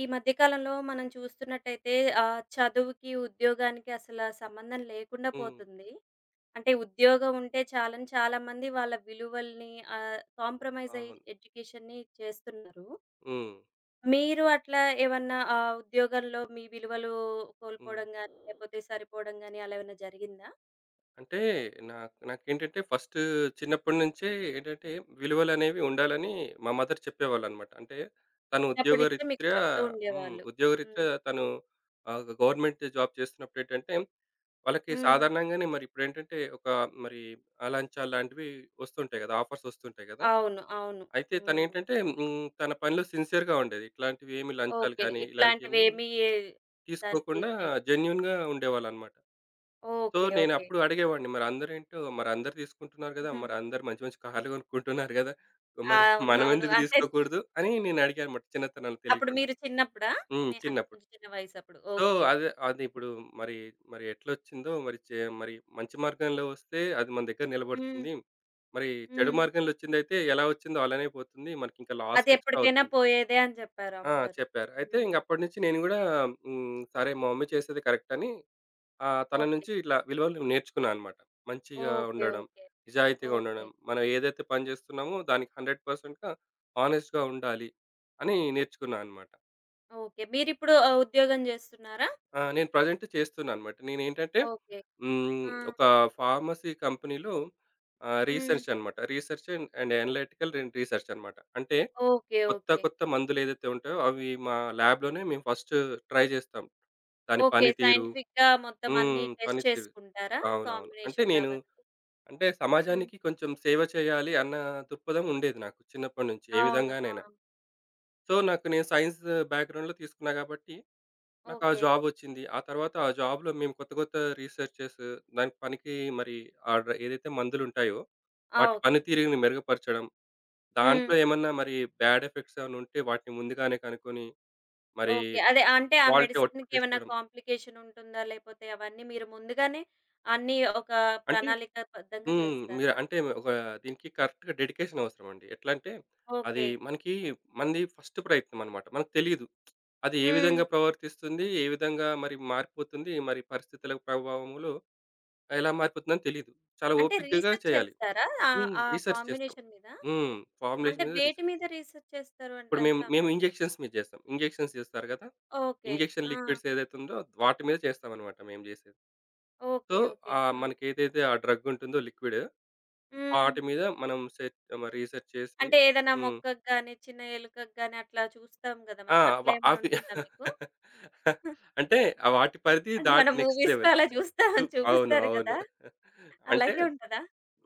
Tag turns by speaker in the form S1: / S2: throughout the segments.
S1: ఈ మధ్య కాలంలో మనం చూస్తున్నట్టయితే చదువుకి, ఉద్యోగానికి అసల సంబంధం లేకుండా
S2: హ్మ్.
S1: పోతుంది. అంటే ఉద్యోగం ఉంటే చాలని చాలామంది వాళ్ళ విలువల్ని కాంప్రమైజ్
S2: అవును.
S1: అయ్యి ఎడ్యుకేషన్‌ని చేస్తున్నారు.
S2: హ్మ్.
S1: మీరు అట్లా ఏమన్నా ఉద్యోగంలో మీ విలువలు
S2: హ్మ్.
S1: కోల్పోవడం గాని, లేపోతే సరిపోవడం గాని అలా ఏమన్నా జరిగిందా?
S2: అంటే నాకు నాకేంటంటే ఫస్ట్ చిన్నప్పటి నుంచే ఏంటంటే విలువలనేవి ఉండాలని మా మదర్ చెప్పేవాళ్ళనమాట. అంటే తను
S1: చిన్నప్పటి నుంచే మీకు
S2: ఉద్యోగరీత్యా
S1: చెప్తూ ఉండేవాళ్ళు.
S2: ఉద్యోగరీత్యా
S1: హ్మ్.
S2: తను గవర్నమెంట్ జాబ్ చేస్తున్నప్పుడేంటంటే వాళ్ళకి
S1: హ్మ్.
S2: సాధారణంగానే మరి ఇప్పుడేంటంటే ఒక మరి ఆ లంచాలు లాంటివి వస్తుంటాయి కదా! ఆఫర్స్ వస్తుంటాయి కదా!
S1: అవును. అవును.
S2: అయితే
S1: హ్మ్.
S2: తనేంటంటే తన పనిలో సిన్సియర్‌గా ఉండేది. ఇట్లాంటివేమి లంచాలు
S1: ఓకే.
S2: కానీ ఇలాంటియన్నీ
S1: ఇట్లాంటివేమీ దానికి
S2: తీసుకోకుండా
S1: చేయకుండా.
S2: జెన్యూన్‌గా ఉండేవాళ్ళనమాట. So,
S1: okay. ఓకే.
S2: నేనప్పుడు అడిగేవాడిని. మరందరేంటో మరందరూ తీసుకుంటున్నారు గదా! మరందరూ మంచి మంచి కార్‌లు కొనుక్కుంటున్నారు గదా! మరి
S1: అవునవును.
S2: మనమెందుకు
S1: అంటే
S2: తీసుకోకూడదు అని నేనడిగానన్నమాట చిన్నతనంలో
S1: అప్పుడు
S2: తెలియకుండా.
S1: మీరు చిన్నప్పుడా?
S2: హ్మ్.
S1: మీ అంటే
S2: చిన్నప్పుడు.
S1: కొంచెం చిన్న వయసప్పుడు.
S2: So,
S1: okay.
S2: అదే అది ఇప్పుడు మరి మరి ఎట్లొచ్చిందో మరి మరి మంచి మార్గంలో వస్తే అది మన దగ్గర
S1: హ్మ్.
S2: నిలబడుతుంది. మరి చెడు
S1: హ్మ్.
S2: మార్గంలో వచ్చిందైతే ఎలా వచ్చిందో అలానే పోతుంది. మనకింకా లాస్
S1: అది
S2: ఎక్స్‌ట్రా
S1: ఎప్పటికైనా
S2: అవుతుంది.
S1: పోయేదే అని జెప్పారు
S2: ఆ!
S1: అమ్మగారు.
S2: చెప్పారు. అయితే
S1: హ్మ్.
S2: ఇంగప్పటి నుంచి నేను గూడా సరే మా మమ్మీ చేసేది కరెక్ట్ అని ఆ! తన
S1: ఓకే.
S2: నుంచి ఇట్లా విలువలు నేర్చుకున్నా అనమాట. మంచిగా
S1: ఓకే.
S2: ఉండడం,
S1: ఓకే.
S2: నిజాయితీగా
S1: ఓకే.
S2: ఉండడం, మనం ఏదైతే పని చేస్తున్నామో దానికి 100%గా హానెస్ట్‌గా ఉండాలి అని నేర్చుకున్నా అనమాట.
S1: ఓకే. మీరిప్పుడు ఉద్యోగం జేస్తున్నారా?
S2: ఆ! నేను ప్రజెంట్ చేస్తున్నా అనమాట. నేనేంటంటే
S1: ఓకే. ఆ!
S2: ఒక ఫార్మసీ కంపెనీలో
S1: హ్మ్.
S2: రీసెర్చ్ అనమాట. Research and and analytical and research అనమాట. అంటే
S1: ఓకే.
S2: కొత్త
S1: ఓకే.
S2: కొత్త మందులు ఏదైతే ఉంటాయో అవి మా ల్యాబ్‌లోనే మేము ఫస్ట్ ట్రై చేస్తాం. దాని
S1: ఓకే.
S2: పనితీరు
S1: సైంటిఫిక్‌గా మొత్తం అన్నీ టెస్ట్
S2: పనితీరు.
S1: చేసుకుంటారా?
S2: అవునవును. అంటే నేను
S1: కాంబినేషన్‌లవన్నీ.
S2: అంటే
S1: హ్మ్.
S2: సమాజానికి కొంచెం సేవ చేయాలి అన్న దృక్పథం ఉండేది నాకు చిన్నప్పటి నుంచి ఏ
S1: అవును. ఆ!
S2: విధంగానైనా. సో, నాకు నేను సైన్స్ బ్యాక్‌గ్రౌండ్‌లో తీసుకున్నా కాబట్టి నాకు ఆ
S1: ఓకే.
S2: జాబ్ వచ్చింది. ఆ తర్వాత ఆ జాబ్‌లో మేము కొత్త కొత్త రీసెర్చెస్ దానికి పనికి మరి ఆ డ్ర ఏదైతే మందులుంటాయో
S1: ఆ!
S2: వాటి
S1: ఓకే.
S2: పనితీరుని మెరుగుపరచడం,
S1: హ్మ్.
S2: దాంట్లో ఏమన్నా మరి బ్యాడ్ ఎఫెక్ట్స్ ఏమన్నా ఉంటే వాటిని ముందుగానే కనుక్కొని మరి
S1: ఓకే. అదే అంటే ఆ
S2: క్వాలిటీ అవుట్‌పుట్
S1: మెడిసిన్‌కేమన్నా
S2: తీసుకోవడం.
S1: కాంప్లికేషన్ ఉంటుందా? లేపోతే అవన్నీ మీరు ముందుగానే అన్నీ ఒక
S2: అంటే
S1: ప్రణాళికాబద్ధంగా
S2: మీరు
S1: చేస్తారా?
S2: అంటే ఒక దీనికి కరెక్ట్‌గా డెడికేషన్ అవసరం అండి. ఎట్లా అంటే అది
S1: ఓకే.
S2: మనకి మనది ఫస్ట్ ప్రయత్నం అన్నమాట. మనకు తెలీదు. అది ఏ
S1: హ్మ్.
S2: విధంగా ప్రవర్తిస్తుంది? ఏ విధంగా మరి మారిపోతుంది? మరి పరిస్థితుల ప్రభావములో ఎలా మారిపోతుందని తెలీదు. చాలా
S1: అంటే
S2: ఓపికగా
S1: రీసెర్చ్
S2: చేయాలి.
S1: చేస్తారా? ఆ ఆ
S2: రీసెర్చ్ చేస్తాం.
S1: కాంబినేషన్ మీద?
S2: హ్మ్.
S1: అంటే
S2: ఫార్ములేషన్ మీద
S1: వేటి
S2: రీసెర్చ్.
S1: మీద రీసెర్చ్ చేస్తారు అంట
S2: ఇప్పుడు మేము
S1: సామాన్య
S2: ఇంజెక్షన్స్ మీద చేస్తాం. ఇంజెక్షన్స్ చేస్తారు కదా!
S1: ఓకే.
S2: ఇంజెక్షన్
S1: ఆ!
S2: లిక్విడ్స్ ఏదైతే ఉందో వాటి మీద చేస్తామన్నమాట మేము చేసేది. So,
S1: okay. ఓకే. ఆ!
S2: మనకేదైతే ఆ డ్రగ్ ఉంటుందో లిక్విడ్
S1: హ్మ్.
S2: వాటి మీద మనం సెర్చ్ మ రీసెర్చ్ చేసి
S1: అంటే ఏదైనా
S2: హ్మ్.
S1: మొక్కకి గాని, చిన్న ఎలుకకి గాని అట్లా చూస్తాం గదా!
S2: ఆ!
S1: మనం. అట్లా ఏమన్నా
S2: అవి
S1: ఉంటుందా మీకు?
S2: అంటే ఆ వాటి పరిధి
S1: అంటే మన
S2: దాటి నెక్స్ట్
S1: మూవీస్‌లో
S2: లెవెల్.
S1: అలా చూస్తాం
S2: టు అవును.
S1: చూపిస్తారు
S2: అవును.
S1: గదా!
S2: అంటే,
S1: అలాగే ఉంటదా?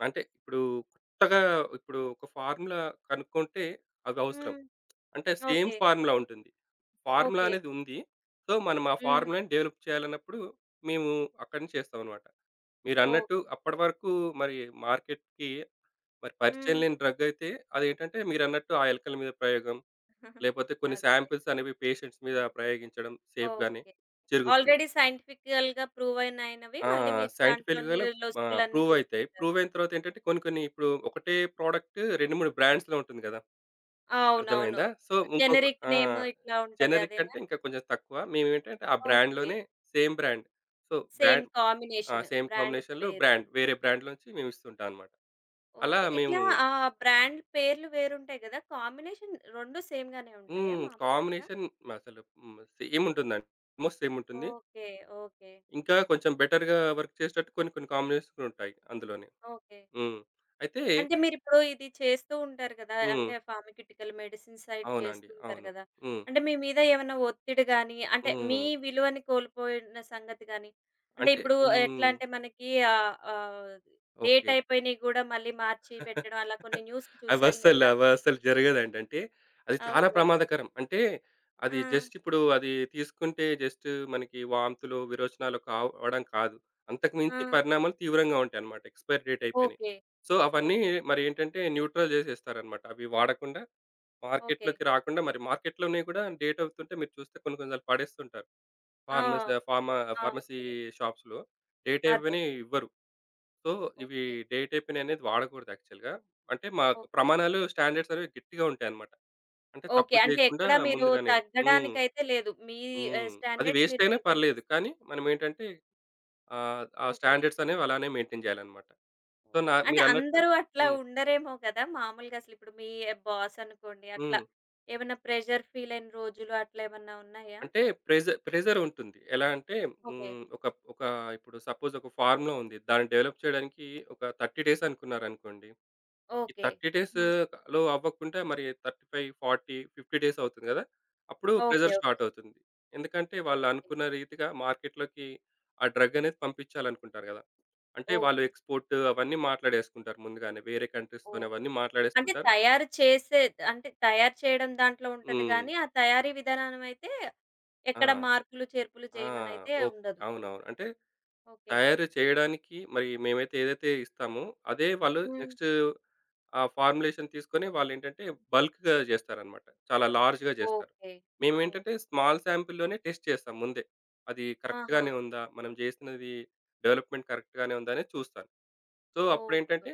S2: అంటే ఇప్పుడు కొత్తగా ఇప్పుడు ఒక ఫార్ములా కనుక్కుంటే అది అవసరం.
S1: హ్మ్.
S2: అంటే సేమ్
S1: ఓకే.
S2: ఫార్ములా ఉంటుంది. Formula
S1: okay.
S2: అనేది ఉంది. సో, మనం ఆ
S1: హ్మ్.
S2: ఫార్ములాని డెవలప్ చేయాలన్నప్పుడు మేము అక్కడి నుంచి చేస్తామన్నమాట. మీరన్నట్టు
S1: ఓకే.
S2: అప్పటి వరకు మరి మార్కెట్‌కి మరి పరిచయం
S1: హ్మ్.
S2: లేని డ్రగ్ అయితే అదేంటంటే మీరన్నట్టు ఆ ఎలకల మీద ప్రయోగం, లేపోతే కొన్ని
S1: అదేలే.
S2: శాంపిల్స్ అనేవి పేషెంట్స్ మీద ప్రయోగించడం సేఫ్‌గానే
S1: ఓకే.
S2: జరుగుతుంది.
S1: ఆల్రెడీ సైంటిఫికల్‌గా ప్రూవ్ అయినయినవి
S2: ఆ!
S1: మళ్ళీ మీరు దాంట్లోని
S2: సైంటిఫికల్‌గానే
S1: లొసుకులన్నీ
S2: ప్రూవ్ అయితాయి.
S1: జూసుకుంటారు.
S2: ప్రూవ్ అయిన తర్వాత ఏంటంటే కొన్ని కొన్ని ఇప్పుడు ఒకటే ప్రొడక్ట్ 2, 3 బ్రాండ్స్‌లో ఉంటుంది కదా!
S1: అవునవును.
S2: అర్థమైందా? సో, ఇంకొక
S1: జెనరిక్
S2: ఆ!
S1: నేమ్ ఇట్లా ఉంటది
S2: జెనరిక్
S1: అదేనా?
S2: అంటే ఇంకా కొంచెం తక్కువ. మేమేంటంటే ఆ
S1: ఓకే.
S2: బ్రాండ్‌లోనే same brand. So,
S1: same
S2: brand ఆ!
S1: కాంబినేషన్.
S2: సేమ్
S1: బ్రాండ్
S2: కాంబినేషన్‌లో
S1: వేరు.
S2: బ్రాండ్ వేరే బ్రాండ్‌లోంచి మేమిస్తుంటాం అన్నమాట. అలా
S1: ఓకే.
S2: మేము
S1: ఇట్లా ఆ బ్రాండ్ పేర్లు వేరుంటాయి గదా! కాంబినేషన్ 2 సేమ్ గానే ఉంటాయా
S2: హ్మ్.
S1: మామూలుగా అసల?
S2: కాంబినేషన్ అసలు సేమ్ ఉంటుందండి. ఆల్‌మోస్ట్ సేమ్ ఉంటుంది.
S1: ఓకే. ఓకే.
S2: ఇంకా కొంచెం బెటర్‌గా వర్క్ చేసేటట్టు కొన్ని కొన్ని కాంబినేషన్స్ ఉంటాయి అందులోనే.
S1: ఓకే.
S2: హ్మ్. అయితే
S1: అంటే మీరిప్పుడు ఇది చేస్తూ ఉంటారు కదా!
S2: హ్మ్.
S1: అంటే ఫార్మాక్యూటికల్ మెడిసిన్స్ సైడ్
S2: అవునండి.
S1: చేస్తూ ఉంటారు
S2: అవును.
S1: కదా!
S2: హ్మ్.
S1: అంటే మీ మీద ఏమన్నా ఒత్తిడి గాని, అంటే మీ
S2: హ్మ్.
S1: విలువని కోల్పోయిన సంగతి గాని, అంటే
S2: అంటే
S1: ఇప్పుడు ఎట్లా
S2: హ్మ్.
S1: అంటే మనకి ఆహ్, ఆహ్, డేట్
S2: ఓకే.
S1: అయిపోయినయి గూడా మళ్ళీ మార్చి పెట్టడం అలా కొన్ని న్యూస్‌లు చూసాం
S2: అవస్సలు,
S1: గదా!
S2: అవస్సలు జరగదండి. అంటే అది చాలా
S1: ఓకే.
S2: ప్రమాదకరం. అంటే అది
S1: ఆ!
S2: జస్ట్ ఇప్పుడు అది తీసుకుంటే జస్ట్ మనకి వాంతులు, విరోచనాలు కావడం కాదు. అంతకు
S1: ఆ!
S2: మించి పరిణామాలు తీవ్రంగా ఉంటాయన్నమాట. ఎక్స్‌పైరీ డేట్ అయిపోయినయి.
S1: ఓకే.
S2: సో,
S1: ఓ
S2: అవన్నీ మరి ఏంటంటే న్యూట్రల్ చేసేస్తారన్నమాట. అవి వాడకుండా
S1: ఓకే.
S2: మార్కెట్‌లోకి రాకుండా మరి మార్కెట్‌లోనే కూడా డేట్ అవుతుంటే మీరు చూస్తే కొన్ని కొన్ని సార్లు పడేస్తుంటారు. ఫార్మసీ
S1: ఆ!
S2: ఫార్మా
S1: ఆ!
S2: Pharmacy
S1: okay.
S2: షాప్స్‌లో డేట్
S1: అదే.
S2: అయిపోయినయి ఇవ్వరు. సో, ఇవి
S1: ఓకే.
S2: డేట్ అయిపోయినయి అనేది వాడకూడదు యాక్చువల్‌గా. అంటే
S1: ఓ
S2: మాకు ప్రమాణాలు, స్టాండర్డ్స్ అనేవి గట్టిగా ఉంటాయన్నమాట. అంటే తప్పు
S1: ఓకే. అంటే
S2: చేయకుండా
S1: ఎక్కడ మీరు
S2: ముందుగానే హ్మ్.
S1: తగ్గడానికైతే లేదు. మీ
S2: హ్మ్. అది
S1: స్టాండర్డ్స్
S2: వేస్ట్
S1: మీరు
S2: అయినా
S1: మెయింటైన్
S2: పర్లేదు.
S1: చేస్తారు.
S2: కానీ మనమేంటంటే ఆ
S1: ఓకే.
S2: స్టాండర్డ్స్ అనేవి అలానే మెయింటైన్ చేయాలన్నమాట. So,
S1: okay. అంటే
S2: మీరన్నట్టు
S1: అందరూ అట్లా
S2: హ్మ్.
S1: ఉండరేమో కదా! మామూలుగా అసలిప్పుడు మీ బాస్ అనుకోండి అట్లా
S2: హ్మ్.
S1: ఏమన్నా ప్రెషర్ ఫీల్ అయిన రోజులు అట్లా ఏమన్నా ఉన్నాయా?
S2: అంటే ప్రెజర్ ప్రెజర్ ఉంటుంది. ఎలా అంటే
S1: ఓకే.
S2: ఒక ఒక ఇప్పుడు సపోజ్ ఒక ఫార్ములా ఉంది. దాన్ని డెవలప్ చేయడానికి ఒక 30 డేస్ అనుకున్నారనుకోండి. ఈ
S1: ఓకే.
S2: 30 డేస్
S1: హ్మ్.
S2: లో అవ్వకుంటే మరి 35, 40, 50 డేస్ అవుతుంది కదా! అప్పుడు
S1: ఓకే.
S2: Pressure
S1: okay.
S2: స్టార్ట్ అవుతుంది. ఎందుకంటే వాళ్ళు
S1: ఓకే.
S2: అనుకున్న రీతిగా మార్కెట్‌లోకి ఆ డ్రగ్ అనేది పంపించాలనుకుంటారు కదా! అంటే వాళ్ళు
S1: ఓకే.
S2: ఎక్స్‌పోర్ట్ అవన్నీ మాట్లాడేసుకుంటారు ముందుగానే. వేరే కంట్రీస్‌తోని అవన్నీ
S1: ఓకే. అంటే
S2: మాట్లాడేసుకుంటారు.
S1: తయారు చేసే అంటే తయారు చేయడం దాంట్లో ఉంటది
S2: హ్మ్.
S1: గానీ, ఆ తయారీ విధానమైతే
S2: ఆ!
S1: ఎక్కడ మార్పులు, చేర్పులు
S2: ఆ!
S1: చేయమనైతే
S2: ఓహ్!
S1: ఉండదు.
S2: అవునవును. అంటే
S1: ఓకే.
S2: తయారు చేయడానికి మరి మేమైతే ఏదైతే ఇస్తామో, అదే వాళ్ళు
S1: హ్మ్.
S2: నెక్స్ట్ ఆ ఫార్ములేషన్ తీసుకొని వాళ్ళేంటంటే బల్క్‌గా చేస్తారనమాట. చాలా లార్జ్‌గా చేస్తారు.
S1: ఓకే. ఓహ్!
S2: మేమేంటంటే స్మాల్ శాంపిల్‌లోనే టెస్ట్ చేస్తాం ముందే. అది
S1: ఆహా!
S2: కరెక్ట్‌గానే ఉందా? మనం చేసినది డెవలప్‌మెంట్ కరెక్ట్‌గానే ఉందా? అనేది చూస్తాను. So,
S1: okay. ఓకే.
S2: అప్పుడేంటంటే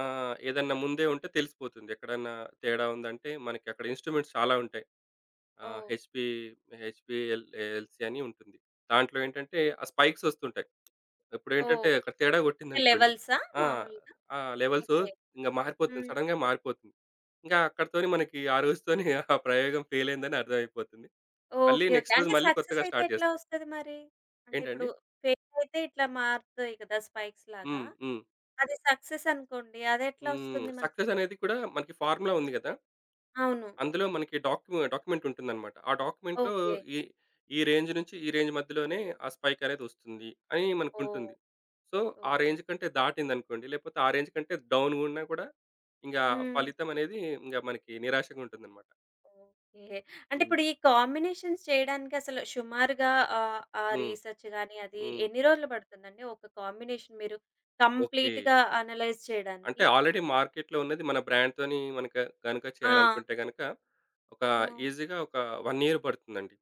S2: ఏదన్నా ముందే ఉంటే తెలిసిపోతుంది. ఎక్కడన్నా తేడా ఉందంటే మనకి అక్కడ ఇన్‌స్ట్రుమెంట్స్ చాలా ఉంటాయి. ఆహ్,
S1: ఓహ్!
S2: హెచ్‌పి, హెచ్‌పిఎల్ ఎల్‌సి అని ఉంటుంది. దాంట్లో ఏంటంటే ఆ స్పైక్స్ వస్తుంటాయి. ఇప్పుడేంటంటే
S1: ఓహ్!
S2: అక్కడ తేడా
S1: అంటే
S2: కొట్టిందనుకోండి.
S1: లెవెల్సా
S2: ఆ!
S1: మామూలుగా?
S2: ఆ లెవెల్స్
S1: ఓకే.
S2: ఇంక మారిపోతుంది.
S1: హ్మ్.
S2: సడెన్‌గా మారిపోతుంది. ఇంకా అక్కడితోని మనకి ఆ రోజుతోని ఆ ప్రయోగం ఫెయిల్ అయిందని అర్థమైపోతుంది. మళ్ళీ
S1: ఓకే. ఓకే.
S2: నెక్స్ట్ రోజు
S1: అంటే
S2: మళ్ళీ
S1: సక్సెస్
S2: కొత్తగా
S1: అయితే
S2: స్టార్ట్
S1: ఎట్లా
S2: చేస్తాం.
S1: వస్తది మరి? అంటే ఇప్పుడు
S2: ఏంటండి?
S1: ఫెయిల్ అయితే ఇట్లా మారుతాయి కదా! స్పైక్స్ లాగా.
S2: హ్మ్. హ్మ్.
S1: అది సక్సెస్ అనుకోండి. అదెట్లా
S2: హ్మ్.
S1: వస్తుంది మనం?
S2: సక్సెస్ అనేది కూడా మనకి ఫార్ములా ఉంది గదా!
S1: అవును.
S2: అందులో మనకి డాక్యుమెంట్ ఉంటుందన్నమాట. ఆ డాక్యుమెంట్‌లో
S1: ఓకే.
S2: ఈ ఈ రేంజ్ నుంచి ఈ రేంజ్ మధ్యలోనే ఆ స్పైక్ అనేది వస్తుంది అని మనకుంటుంది.
S1: ఓహ్!
S2: సో, ఆ
S1: ఓకే.
S2: రేంజ్ కంటే దాటిందనుకోండి, లేపోతే ఆ రేంజ్ కంటే డౌన్‌గా ఉన్నా కూడా ఇంగా
S1: హ్మ్.
S2: ఫలితం అనేది ఇంగ మనకి నిరాశగా ఉంటుందన్నమాట.
S1: ఓకే. అంటే
S2: హ్మ్.
S1: ఇప్పుడు ఈ కాంబినేషన్స్ చేయడానికి అసలు సుమారుగా ఆ
S2: హ్మ్.
S1: రీసెర్చ్ గాని అది
S2: హ్మ్.
S1: ఎన్ని రోజులు పడుతుందండి? ఒక కాంబినేషన్ మీరు
S2: ఓకే.
S1: కంప్లీట్‌గా అనలైజ్
S2: అంటే
S1: చేయడానికి?
S2: ఆల్రెడీ మార్కెట్‌లో ఉన్నది మన బ్రాండ్‌తోని మనక గనుక
S1: ఆ!
S2: చేయాలనుకుంటే గనక ఒక
S1: ఆ!
S2: ఈజీగా ఒక 1 ఇయర్ పడుతుందండి.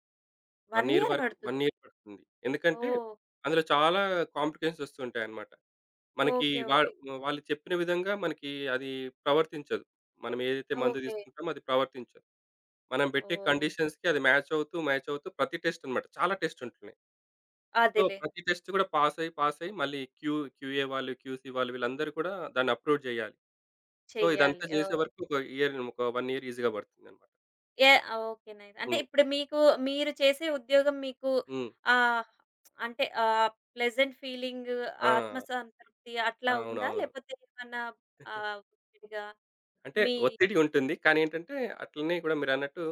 S2: 1
S1: 1
S2: ఇయర్
S1: ఇయర్
S2: వరకు 1
S1: పడుతుంది.
S2: ఇయర్ పడుతుంది. ఎందుకంటే
S1: ఓహ్!
S2: అందులో చాలా కాంప్లికేషన్స్ వస్తుంటాయన్నమాట. మనకి
S1: ఓకే.
S2: వా
S1: ఓకే.
S2: వాళ్ళు చెప్పిన విధంగా మనకి అది ప్రవర్తించదు. మనం ఏదైతే మందు
S1: ఓకే.
S2: తీసుకుంటామో అది ప్రవర్తించదు. మనం పెట్టే
S1: ఓహ్!
S2: కండీషన్స్‌కి అది మ్యాచ్ అవుతూ, మ్యాచ్ అవుతూ ప్రతి టెస్ట్ అన్నమాట. చాలా టెస్ట్ ఉంటున్నాయి. సో,
S1: అదేలే
S2: ప్రతి టెస్ట్ కూడా పాస్ అయ్యి, పాస్ అయ్యి మళ్ళీ క్యూఏ వాళ్ళు, క్యూసీ వాళ్ళు వీళ్ళందరూ కూడా దాన్ని అప్రూవ్ చేయాలి. సో,
S1: చెయ్యాలి.
S2: ఇదంతా చేసే
S1: ఓహ్!
S2: వరకు ఒక ఇయర్, ఒక 1 ఇయర్ ఈజీగా పడుతుందన్నమాట.
S1: ఏ ఓకే. నైస్. అంటే
S2: హ్మ్.
S1: ఇప్పుడు మీకు మీరు చేసే ఉద్యోగం మీకు
S2: హ్మ్.
S1: ఆహ్, అంటే ఆహ్, ప్లెజెంట్ ఫీలింగ్,
S2: ఆ!
S1: ఆత్మసంతృప్తి అట్లా ఉందా?
S2: అవునవును.
S1: లేపోతే ఏమన్నా ఒత్తిడిగా
S2: అంటే
S1: మీ
S2: ఒత్తిడి ఉంటుంది. కానీ ఏంటంటే అట్లనే కూడా మీరన్నట్టు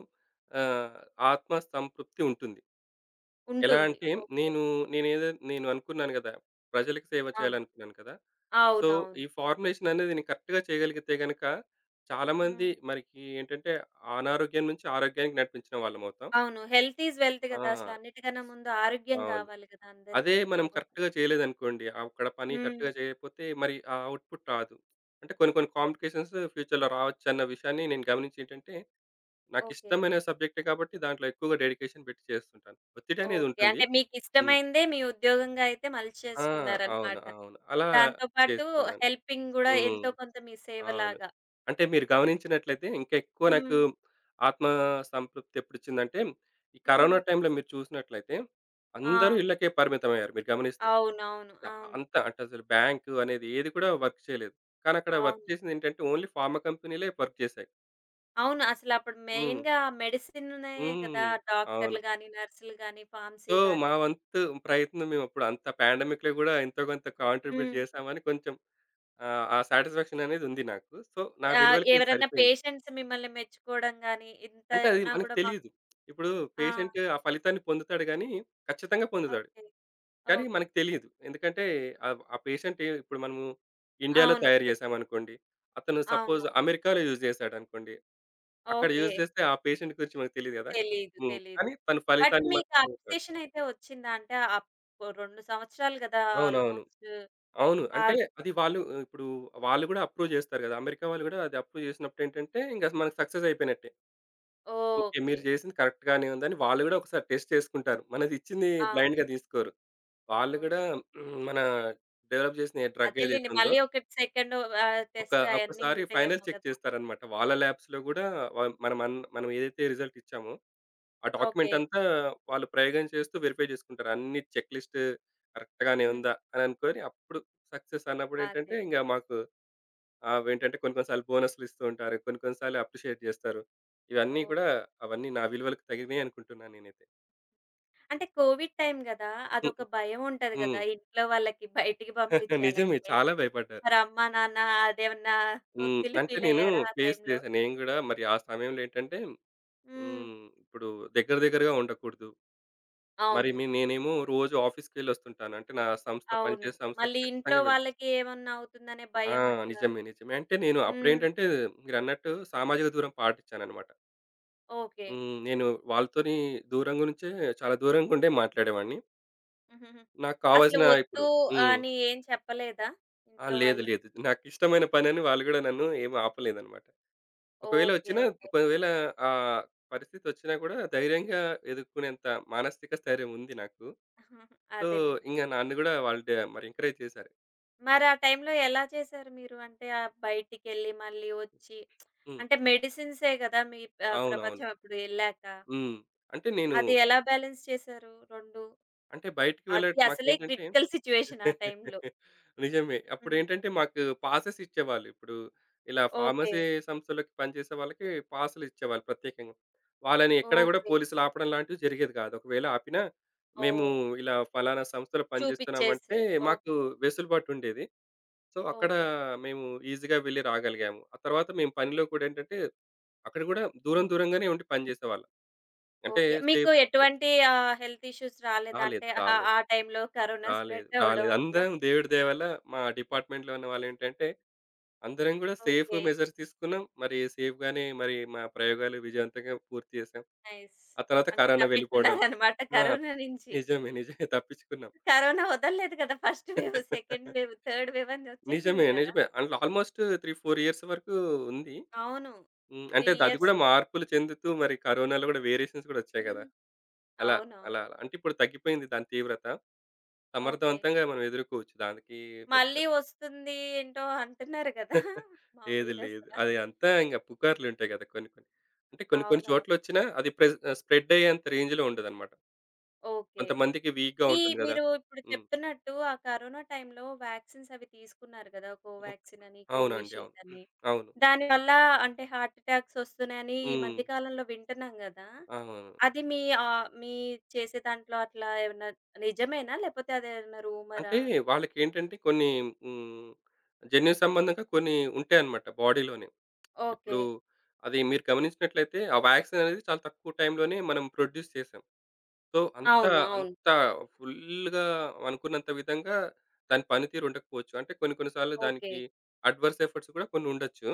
S2: ఆహ్, ఆత్మ సంతృప్తి ఉంటుంది. ఎలా
S1: ఉంటుంది.
S2: అంటే
S1: ఓకే.
S2: నేను నేనేదో నేను అనుకున్నాను కదా! ప్రజలకు సేవ
S1: అవును.
S2: చేయాలనుకున్నాను కదా! సో,
S1: అవునవును.
S2: ఈ ఫార్ములేషన్ అనేది నేను కరెక్ట్‌గా చేయగలిగితే గనక చాలామంది
S1: హ్మ్.
S2: మనకి ఏంటంటే అనారోగ్యం నుంచి ఆరోగ్యానికి నడిపించిన వాళ్ళమవుతాం.
S1: అవును. హెల్త్ ఈజ్ వెల్త్ గదా!
S2: ఆ!
S1: అసలన్నిటికన్నా ముందు ఆరోగ్యం
S2: అవును.
S1: గావాలి గదా!
S2: అదే
S1: అందరికి.
S2: మనం
S1: అవును.
S2: కరెక్ట్‌గా చేయలేదనుకోండి, అక్కడ పని
S1: హ్మ్.
S2: కరెక్ట్‌గా చేయకపోతే మరి ఆ అవుట్‌పుట్ రాదు. అంటే కొన్ని కొన్ని కాంప్లికేషన్స్ ఫ్యూచర్‌లో రావచ్చన్న విషయాన్ని నేను గమనించి ఏంటంటే
S1: ఓకే.
S2: నాకిష్టమైన సబ్జెక్టే కాబట్టి దాంట్లో ఎక్కువగా డెడికేషన్ పెట్టి చేస్తుంటాను. ఒత్తిడి అనేది
S1: ఓకే.
S2: ఉంటుంది.
S1: అంటే
S2: హ్మ్.
S1: మీకిష్టమైందే మీ ఉద్యోగంగా అయితే
S2: ఆ! అవును.
S1: మలిచేసుకున్నారనమాట.
S2: అవును. అలా
S1: దాంతో పాటు
S2: చేసుకున్నాను.
S1: హెల్పింగ్ గూడా
S2: హ్మ్.
S1: ఎంతో కొంత మీ
S2: అవును.
S1: సేవలాగా.
S2: అంటే మీరు గమనించినట్లయితే ఇంకా ఎక్కువ
S1: హ్మ్.
S2: నాకు ఆత్మ సంతృప్తి ఎప్పుడొచ్చిందంటే, ఈ
S1: హ్మ్.
S2: కరోనా టైంలో మీరు చూసినట్లయితే అందరూ
S1: అవును.
S2: ఇళ్ళకే పరిమితమయ్యారు మీరు గమనిస్తే.
S1: అవునవును. అవును.
S2: అంతా అంటే అసలు బ్యాంకు అనేది ఏది కూడా వర్క్ చేయలేదు. కానీ అక్కడ వర్క్
S1: అవును.
S2: చేసిందేంటంటే ఓన్లీ ఫార్మా కంపెనీలే వర్క్ చేశాయి.
S1: అవును. అసలప్పుడు
S2: హ్మ్.
S1: మెయిన్‌గా మెడిసినే గదా!
S2: హ్మ్. అవును.
S1: డాక్టర్లు గాని, నర్సులు గాని,
S2: సో,
S1: ఫార్మసీ
S2: మా
S1: గాని
S2: వంతు ప్రయత్నం మేమప్పుడు అంత పాండమిక్‌లో గూడా ఎంతో కొంత కాంట్రిబ్యూట్
S1: హ్మ్.
S2: చేశామని కొంచెం ఆ సాటిస్ఫాక్షన్ అనేది ఉంది నాకు. సో, నా విలువలకి అది
S1: ఎవరైనా
S2: సరిపోయింది.
S1: పేషెంట్స్ మిమ్మల్ని మెచ్చుకోవడం గాని, ఇంత
S2: అంటే అది
S1: ఉన్నా
S2: మనకు
S1: గూడా మాకు
S2: తెలీదు. ఇప్పుడు
S1: ఆ!
S2: పేషెంట్ ఆ ఫలితాన్ని పొందుతాడు గానీ, ఖచ్చితంగా పొందుతాడు.
S1: ఓకే.
S2: కానీ
S1: ఓకే.
S2: మనకు తెలీదు. ఎందుకంటే ఆ పేషెంట్ ఇప్పుడు మనము ఇండియాలో
S1: అవును.
S2: తయారు
S1: పె
S2: చేశామనుకోండి. అతను సపోజ్
S1: అవును.
S2: అమెరికాలో యూజ్ చేశాడనుకోండి. అక్కడ
S1: ఓకే.
S2: యూజ్ చేస్తే ఆ పేషెంట్ గురించి మనకు తెలీదు గదా!
S1: తెలీదు.
S2: హ్మ్.
S1: తెలీదు.
S2: కానీ తన
S1: బట్
S2: ఫలితాన్ని
S1: మీకు
S2: మాత్రం పొందుతాడు.
S1: అప్రిసియేషన్ అయితే వచ్చిందా? అంటే అప్ 2 సంవత్సరాలు కదా!
S2: అవునవును.
S1: ఆల్‌మోస్ట్
S2: అవును. అంటే
S1: ఆహ్,
S2: అది వాళ్ళు ఇప్పుడు వాళ్ళు గూడా అప్రూవ్ జేస్తారు గదా! అమెరికా వాళ్ళు గూడా అది అప్రూవ్ జేసినప్పుడు ఏంటంటే, ఇంక మనకు సక్సెస్ అయిపోయినట్టే. ఓకే.
S1: ఓకే.
S2: మీరు జేసింది కరెక్ట్ గానే ఉందని వాళ్ళు గూడా ఒకసారి టెస్ట్ చేసుకుంటారు. మనది ఇచ్చింది
S1: అవును.
S2: బ్లైండ్‌గా తీసుకోరు. వాళ్ళు
S1: ఓహ్!
S2: గూడా మన డెవలప్ జేసిన డ్రగ్ ఏదైతే
S1: అదేలెండి.
S2: ఉందో,
S1: మళ్ళీ ఒకటి సెకండ్
S2: ఒక
S1: టెస్ట్ అయన్నీ
S2: ఒకసారి ఫైనల్
S1: ఉంటాయేమో
S2: చెక్
S1: కదా!
S2: చేస్తారనమాట. వాళ్ళ ల్యాబ్స్‌లో గూడా వ మనం అన్ మనం ఏదైతే రిజల్ట్ ఇచ్చామో, ఆ
S1: ఓకే.
S2: డాక్యుమెంట్ అంతా వాళ్ళు ప్రయోగం చేస్తూ వెరిఫై జేసుకుంటారు. అన్ని చెక్ లిస్ట్ కరెక్ట్ గానే ఉందా అని అనుకోని అప్పుడు సక్సెస్ అన్నప్పుడు ఏంటంటే,
S1: అదేలే.
S2: ఇంగ మాకు అవేంటంటే కొన్ని కొన్ని సార్లు బోనస్‌లు ఇస్తూ ఉంటారు. కొన్ని కొన్ని సార్లు అప్రిషియేట్ జేస్తారు. ఇవన్నీ కూడా
S1: ఓకే.
S2: అవన్నీ నా విలువలకు తగినయి అనుకుంటున్నాను నేనైతే.
S1: అంటే కోవిడ్ టైమ్ గదా!
S2: హ్మ్.
S1: అదొక భయం ఉంటది
S2: హ్మ్.
S1: గదా! ఇంట్లో వాళ్ళకి బయటికి
S2: నిజమే.
S1: పంపించాలంటే.
S2: చాలా భయపడ్డా.
S1: మరి అమ్మ, నాన్న అదేమన్నా
S2: హ్మ్.
S1: ఒత్తిళ్లు
S2: అంటే
S1: ఫీల్
S2: నేను
S1: అయ్యారా ఆ
S2: ఫేస్
S1: టైమ్‌లో?
S2: చేశా. నేను గూడా మరి ఆ సమయంలో ఏంటంటే
S1: హ్మ్.
S2: ఇప్పుడు దగ్గర దగ్గరగా ఉండకూడదు. మరి
S1: అవును.
S2: నేనేమో రోజు ఆఫీస్‌కెళ్ళొస్తుంటాను. అంటే నా సంస్థ
S1: అవును.
S2: పనిచేసే సంస్థకి
S1: మళ్ళీ ఇంట్లో
S2: ఖచ్చితంగా
S1: వాళ్ళకి ఏమన్నా అవుతుందనే
S2: ఆ!
S1: భయం అట్లా
S2: నిజమే. నిజమే. అంటే నేను
S1: హ్మ్.
S2: అప్పుడేంటంటే మీరన్నట్టు సామాజిక దూరం పాటించానన్నమాట.
S1: ఓకే.
S2: నేను వాళ్ళతోని దూరంగా నుంచే చాలా దూరంగా ఉండే మాట్లాడేవాడిని.
S1: హుహుహు.
S2: నాకు
S1: అసలు
S2: కావాల్సిన ఇప్పుడు
S1: వద్దు
S2: హ్మ్.
S1: అని ఏం చెప్పలేదా
S2: ఆ!
S1: ఇంట్లో
S2: లేదు.
S1: వాళ్ళు?
S2: లేదు. నాకిష్టమైన పనని వాళ్ళు గూడా నన్ను ఏమి ఆపలేదనమాట. ఒకవేళ
S1: ఓకే.
S2: వచ్చినా,
S1: ఓకే.
S2: ఒకవేళ ఆ పరిస్థితి వచ్చినా గూడా ధైర్యంగా ఎదుర్కొనేంత మానసిక స్థైర్యం ఉంది నాకు. సో,
S1: అదేలెండి.
S2: ఇంగ నన్ను గూడా వాళ్ళు మరి ఎంకరేజ్ చేశారు.
S1: మరి ఆ టైంలో ఎలా చేశారు మీరు? అంటే బయటికెళ్ళి మళ్ళీ వచ్చి
S2: హ్మ్.
S1: అంటే మెడిసిన్సే గదా! మీ
S2: అవునవును.
S1: ప్రపంచం అప్పుడు ఎళ్ళాక.
S2: హ్మ్. అంటే నేను
S1: అది ఎలా బ్యాలెన్స్ చేశారు 2?
S2: అంటే బయటికి
S1: అది అసలే
S2: మాకేంటంటే
S1: క్రిటికల్ సిట్యుయేషన్ ఆ టైంలో.
S2: నిజమే.
S1: హ్మ్.
S2: అప్పుడేంటంటే మాకు పాసెస్ ఇచ్చేవాళ్ళు. ఇప్పుడు ఇలా
S1: ఓకే.
S2: ఫార్మసీ సంస్థలోకి పనిచేసే వాళ్ళకి పాసులు ఇచ్చేవాళ్ళు ప్రత్యేకంగా. వాళ్ళని ఎక్కడ గూడా
S1: ఓకే.
S2: పోలీసులు ఆపడం లాంటివి జరిగేది గాదు. ఒకవేళ ఆపినా మేము
S1: ఓహ్!
S2: ఇలా ఫలానా సంస్థలో పనిచేస్తున్నామంటే
S1: చూపిచ్చేసారు.
S2: మాకు
S1: ఓకే.
S2: వెసులుబాటు ఉండేది. సో, అక్కడ
S1: ఓకే.
S2: మేము ఈజీగా వెళ్లి రాగలిగాము. ఆ తర్వాత మేము పనిలో కూడా ఏంటంటే అక్కడ గూడా దూరం దూరంగానే ఉండి పనిచేసేవాళ్ళం. అంటే
S1: ఓకే. మీకు
S2: సేఫ్
S1: ఎటువంటి హెల్త్ ఇష్యూస్ రాలేదా?
S2: రాలేదు.
S1: అంటే ఆ
S2: రాలేదు.
S1: ఆ టైంలో కరోనా
S2: రాలేదు.
S1: స్ప్రెడ్ అవ్వడం
S2: రాలేదు.
S1: అట్లా?
S2: అందరం దేవుడి దయ వల్ల మా డిపార్ట్మెంట్‌లో ఉన్న వాళ్ళేంటంటే అందరం గూడా సేఫ్
S1: ఓకే.
S2: మెజర్స్ తీసుకున్నాం. మరి సేఫ్‌గానే మరి మా ప్రయోగాలు విజయవంతంగా పూర్తి చేశాం.
S1: నైస్.
S2: ఆ తర్వాత
S1: అంటే
S2: కరోనా వెళ్ళిపోవడం.
S1: తప్పించుకున్నారనమాట
S2: ఆ!
S1: కరోనా నుంచి.
S2: నిజమే. నిజమే. తప్పించుకున్నాం.
S1: కరోనా వదలలేదు కదా! First wave, second wave, third wave అని
S2: నిజమే.
S1: వచ్చేసింది కదా!
S2: నిజమే. అందులో ఆల్మోస్ట్ 3, 4 ఇయర్స్ వరకు ఉంది.
S1: అవును.
S2: హ్మ్.
S1: 3
S2: అంటే అది గూడా
S1: ఇయర్స్.
S2: మార్పులు చెందుతూ మరి కరోనాలో గూడా వేరియేషన్స్ గూడా వచ్చాయి గదా! అలా
S1: అవునవును.
S2: అలా అలా. అంటే ఇప్పుడు తగ్గిపోయింది దాని తీవ్రత.
S1: ఓకే.
S2: సమర్థవంతంగా మనం ఎదుర్కోవచ్చు. దానికి పెద్ద
S1: మళ్ళీ వస్తుంది ఏంటో అంటున్నారు కదా!
S2: లేదు
S1: మామూలుగా
S2: లేదు.
S1: అసల.
S2: అది అంతా ఇంగ పుకార్లుంటాయి గదా! కొన్ని కొన్ని. అంటే కొన్ని కొన్ని
S1: అవునవును.
S2: చోట్లొచ్చినా అది ప్రెస్ స్ప్రెడ్ అయ్యేంత రేంజ్‌లో ఉండదనమాట.
S1: ఓకే.
S2: కొంతమందికి వీక్‌గా
S1: ఈ
S2: ఉంటుంది గదా!
S1: మీరు ఇప్పుడు
S2: హ్మ్.
S1: చెప్తున్నట్టు ఆ కరోనా టైంలో వ్యాక్సిన్స్ అవి తీసుకున్నారు కదా!
S2: ఓక్
S1: కోవాక్సిన్ అని,
S2: అవునండి. అవును.
S1: కోవిషీల్డ్ అని.
S2: అవును.
S1: దానివల్ల అంటే హార్ట్ అటాక్స్ వస్తున్నాయని ఈ
S2: హ్మ్.
S1: మధ్య కాలంలో వింటున్నాం గదా!
S2: అవును.
S1: అది మీ చేసే దాంట్లో అట్లా ఏమన్నా నిజమేనా? లేపోతే అదేమన్నా రూమరా?
S2: అంటే వాళ్ళకేంటంటే కొన్ని హ్మ్. జన్యు సంబంధంగా కొన్ని ఉంటాయన్నమాట బాడీలోనే.
S1: ఓకే.
S2: ఇప్పుడు అది మీరు గమనించినట్లయితే ఆ వ్యాక్సిన్ అనేది చాలా తక్కువ టైంలోనే మనం ప్రొడ్యూస్ చేసాం. సో, అంత
S1: అవును. అవును.
S2: అంత ఫుల్‌గా అనుకున్నంత విధంగా దాని పనితీరు ఉండకపోవచ్చు. అంటే కొన్ని కొన్ని సార్లు
S1: ఓకే.
S2: దానికి అడ్వర్స్ ఎఫర్ట్స్ కూడా కొన్ని ఉండొచ్చు.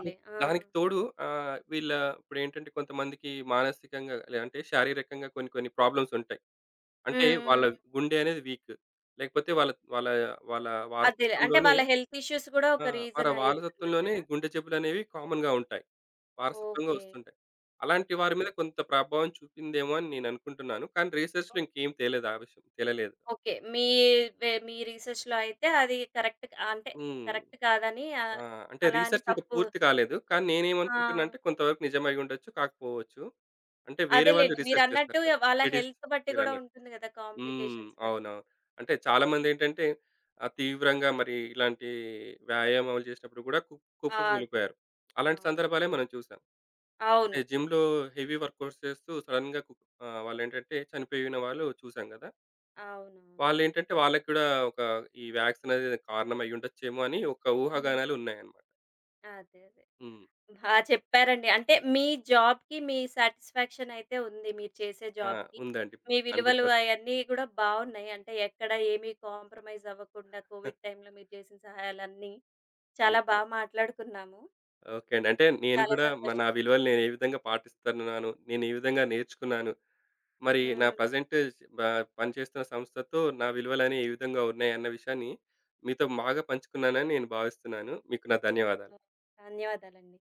S2: అవు
S1: ఆ!
S2: దానికి తోడు ఆహ్, వీళ్ళ ఇప్పుడేంటంటే కొంతమందికి మానసికంగా అంటే శారీరకంగా కొన్ని కొన్ని ప్రాబ్లమ్స్ ఉంటాయి. అంటే
S1: హ్మ్.
S2: వాళ్ళ
S1: హ్మ్.
S2: గుండె అనేది వీక్. లేకపోతే వాళ్ళ వాళ్ళ వాళ్ళ
S1: అదేలే. అంటే
S2: వారసత్వంలోనే
S1: వాళ్ళ హెల్త్ ఇష్యూస్ గూడా
S2: ఆ!
S1: ఒక
S2: వాళ్ళ
S1: రీజన్
S2: వారసత్వంలోనే
S1: అయ్యుంటుందంటారా?
S2: గుండె జబ్బులనేవి కామన్‌గా ఉంటాయి. వారసత్వంగా
S1: ఓకే.
S2: వస్తుంటాయి. అలాంటి వారి మీద
S1: అదే.
S2: కొంత ప్రభావం చూపిందేమో అని నేననుకుంటున్నాను. కానీ రీసెర్చ్‌లో ఇంకేం తేలేదు ఆ విషయం. తేలలేదు.
S1: ఓకే. మీ వె మీ రీసెర్చ్‌లో అయితే అది కరెక్ట్ అంటే
S2: హ్మ్.
S1: కరెక్ట్ కాదని
S2: ఆ! అంటే
S1: అలా అని
S2: రీసెర్చ్ ఇంకా
S1: తప్పు
S2: పూర్తి కాలేదు. కానీ
S1: ఆ!
S2: నేనేమనుకుంటున్నా అంటే కొంతవరకు నిజమై ఉండొచ్చు, కాకపోవచ్చు. అంటే వేరే వాళ్ళు
S1: అదేలెండి.
S2: రీసెర్చ్ చేస్తారు
S1: మీరన్నట్టు
S2: కదా!
S1: వాళ్ళ
S2: స్టడీస్
S1: హెల్త్ బట్టి గూడా
S2: మీరన్నట్టు.
S1: ఉంటుంది గదా!
S2: హ్మ్.
S1: కాంప్లికేషన్స్ బట్టి.
S2: అవునవును. అంటే
S1: ఓహ్!
S2: చాలామందేంటంటే తీవ్రంగా మరి ఇలాంటి వ్యాయామాలు చేసినప్పుడు కూడా
S1: ఆ! అదే.
S2: కుప్పకూలిపోయారు. అలాంటి సందర్భాలే
S1: అవునవును.
S2: మనం చూసాం. అంటే
S1: అవును.
S2: జిమ్‌లో హెవీ వర్కౌట్స్ చేస్తూ సడెన్‌గా వాళ్ళేంటంటే చనిపోయిన వాళ్ళు చూసాం గదా!
S1: అవునవును.
S2: వాళ్ళేంటంటే వాళ్ళకి కూడా ఒక ఈ వ్యాక్సిన్ అనేది కారణం అయ్యుండొచ్చేమో అని ఒక
S1: హ్మ్.
S2: ఊహాగానాలు ఉన్నాయన్నమాట.
S1: అదే. అదే.
S2: హ్మ్.
S1: బా చెప్పారండి. అంటే మీ జాబ్‌కి మీ సాటిస్ఫాక్షన్ అయితే ఉంది. మీరు చేసే
S2: ఆ!
S1: జాబ్‌కి.
S2: ఉందండి.
S1: మీ విలువలు
S2: 100%
S1: అయన్నీ గూడా బావున్నాయి. అంటే ఎక్కడ ఏమి కాంప్రమైజ్ అవ్వకుండా కోవిడ్ టైమ్‌లో మీరు చేసిన సహాయాలన్నీ చాలా బా
S2: నిజమే.
S1: మాట్లాడుకున్నాము.
S2: ఓకే అండి. అంటే నేను
S1: చాలా
S2: గూడా నా విలువలు
S1: సంతోషంగుందండి.
S2: నేను ఏ విధంగా పాటిస్తున్నాను, నేను ఏ విధంగా నేర్చుకున్నాను, మరి నా
S1: హ్మ్.
S2: ప్రెజెంట్ బ పనిచేస్తున్న సంస్థతో నా విలువలనేవి ఏ విధంగా ఉన్నాయి అన్న విషయాన్ని మీతో బాగా పంచుకున్నానని నేను భావిస్తున్నాను. మీకు నా ధన్యవాదాలు.
S1: ధన్యవాదాలండి.